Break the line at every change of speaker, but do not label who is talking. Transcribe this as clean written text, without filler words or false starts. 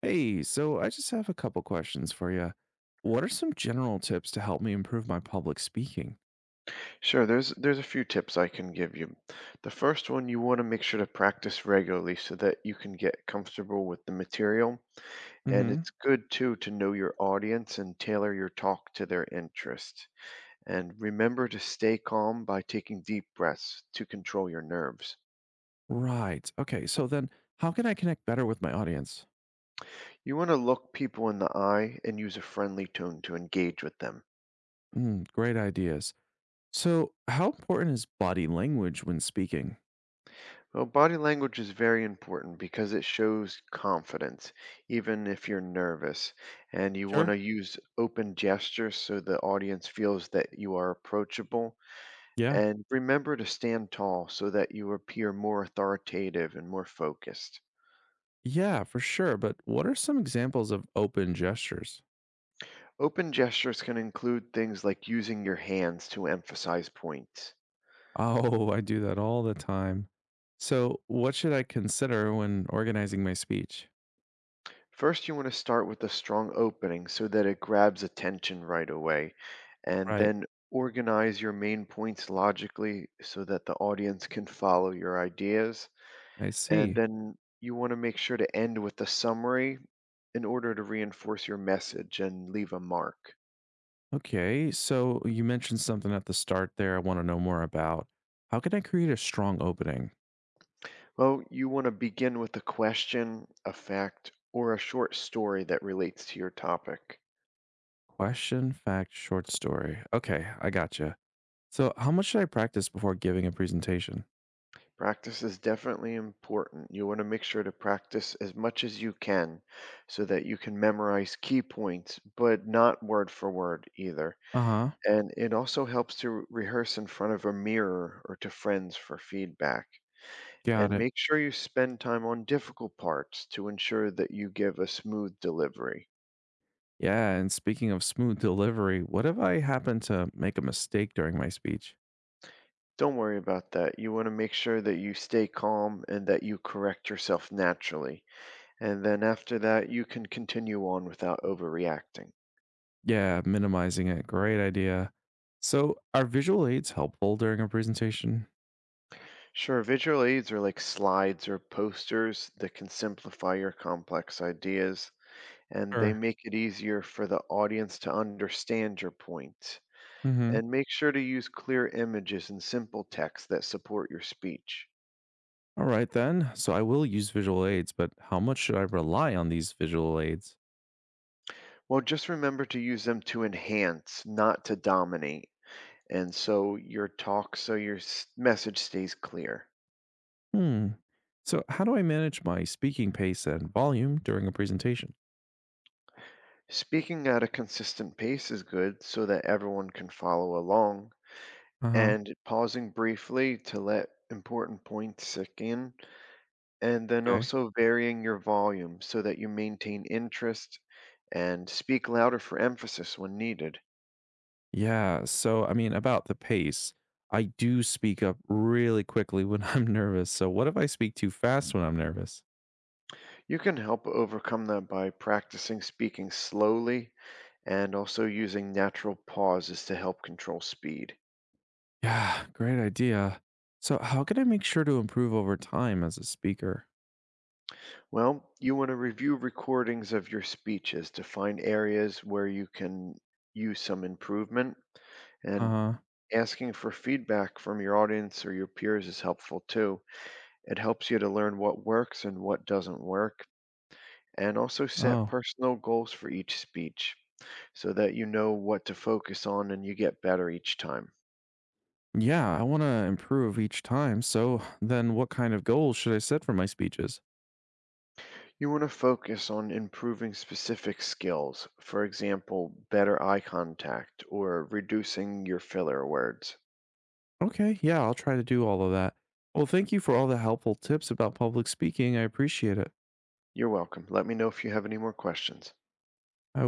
Hey, so I just have a couple questions for you. What are some general tips to help me improve my public speaking?
Sure, there's a few tips I can give you. The first one, you want to make sure to practice regularly so that you can get comfortable with the material. And
Mm-hmm.
it's good too to know your audience and tailor your talk to their interest. And remember to stay calm by taking deep breaths to control your nerves.
Right. Okay. So then, how can I connect better with my audience?
You want to look people in the eye and use a friendly tone to engage with them.
Mm, great ideas. So, how important is body language when speaking?
Well, body language is very important because it shows confidence, even if you're nervous. And you
Sure.
want to use open gestures so the audience feels that you are approachable.
Yeah.
And remember to stand tall so that you appear more authoritative and more focused.
Yeah, for sure. But what are some examples of open gestures?
Open gestures can include things like using your hands to emphasize points.
Oh, I do that all the time. So, what should I consider when organizing my speech?
First, you want to start with a strong opening so that it grabs attention right away, and
Right.
then organize your main points logically so that the audience can follow your ideas.
I
And
see.
then you want to make sure to end with a summary in order to reinforce your message and leave a mark.
Okay, so you mentioned something at the start there I want to know more about. How can I create a strong opening?
Well, you want to begin with a question, a fact, or a short story that relates to your topic.
Question, fact, short story. Okay, I gotcha. So, how much should I practice before giving a presentation?
Practice is definitely important. You want to make sure to practice as much as you can so that you can memorize key points, but not word for word either.
Uh huh,
And it also helps to rehearse in front of a mirror or to friends for feedback.
got
And
it.
make sure you spend time on difficult parts to ensure that you give a smooth delivery.
Yeah, and speaking of smooth delivery, what if I happen to make a mistake during my speech?
Don't worry about that. You want to make sure that you stay calm and that you correct yourself naturally. And then after that, you can continue on without overreacting.
Yeah, minimizing it. Great idea. So, are visual aids helpful during a presentation?
Sure, visual aids are like slides or posters that can simplify your complex ideas, and they
Sure.
make it easier for the audience to understand your point.
Mm hmm.
And make sure to use clear images and simple text that support your speech.
All right then. So I will use visual aids, but how much should I rely on these visual aids?
Well, just remember to use them to enhance, not to dominate. And so your talk, so your message stays clear.
Hmm. So how do I manage my speaking pace and volume during a presentation?
Speaking at a consistent pace is good so that everyone can follow along,
Uh-huh.
and pausing briefly to let important points sink in, and then
Okay.
also varying your volume so that you maintain interest and speak louder for emphasis when needed.
Yeah, so about the pace, I do speak up really quickly when I'm nervous. So what if I speak too fast when I'm nervous?
You can help overcome that by practicing speaking slowly and also using natural pauses to help control speed.
Yeah, great idea. So how can I make sure to improve over time as a speaker?
Well, you want to review recordings of your speeches to find areas where you can use some improvement, and
Uh-huh.
asking for feedback from your audience or your peers is helpful too. It helps you to learn what works and what doesn't work, and also set
Oh.
personal goals for each speech so that you know what to focus on and you get better each time.
Yeah, I want to improve each time. So then what kind of goals should I set for my speeches?
You want to focus on improving specific skills, for example, better eye contact or reducing your filler words.
Okay, yeah, I'll try to do all of that. Well, thank you for all the helpful tips about public speaking. I appreciate it.
You're welcome. Let me know if you have any more questions.
I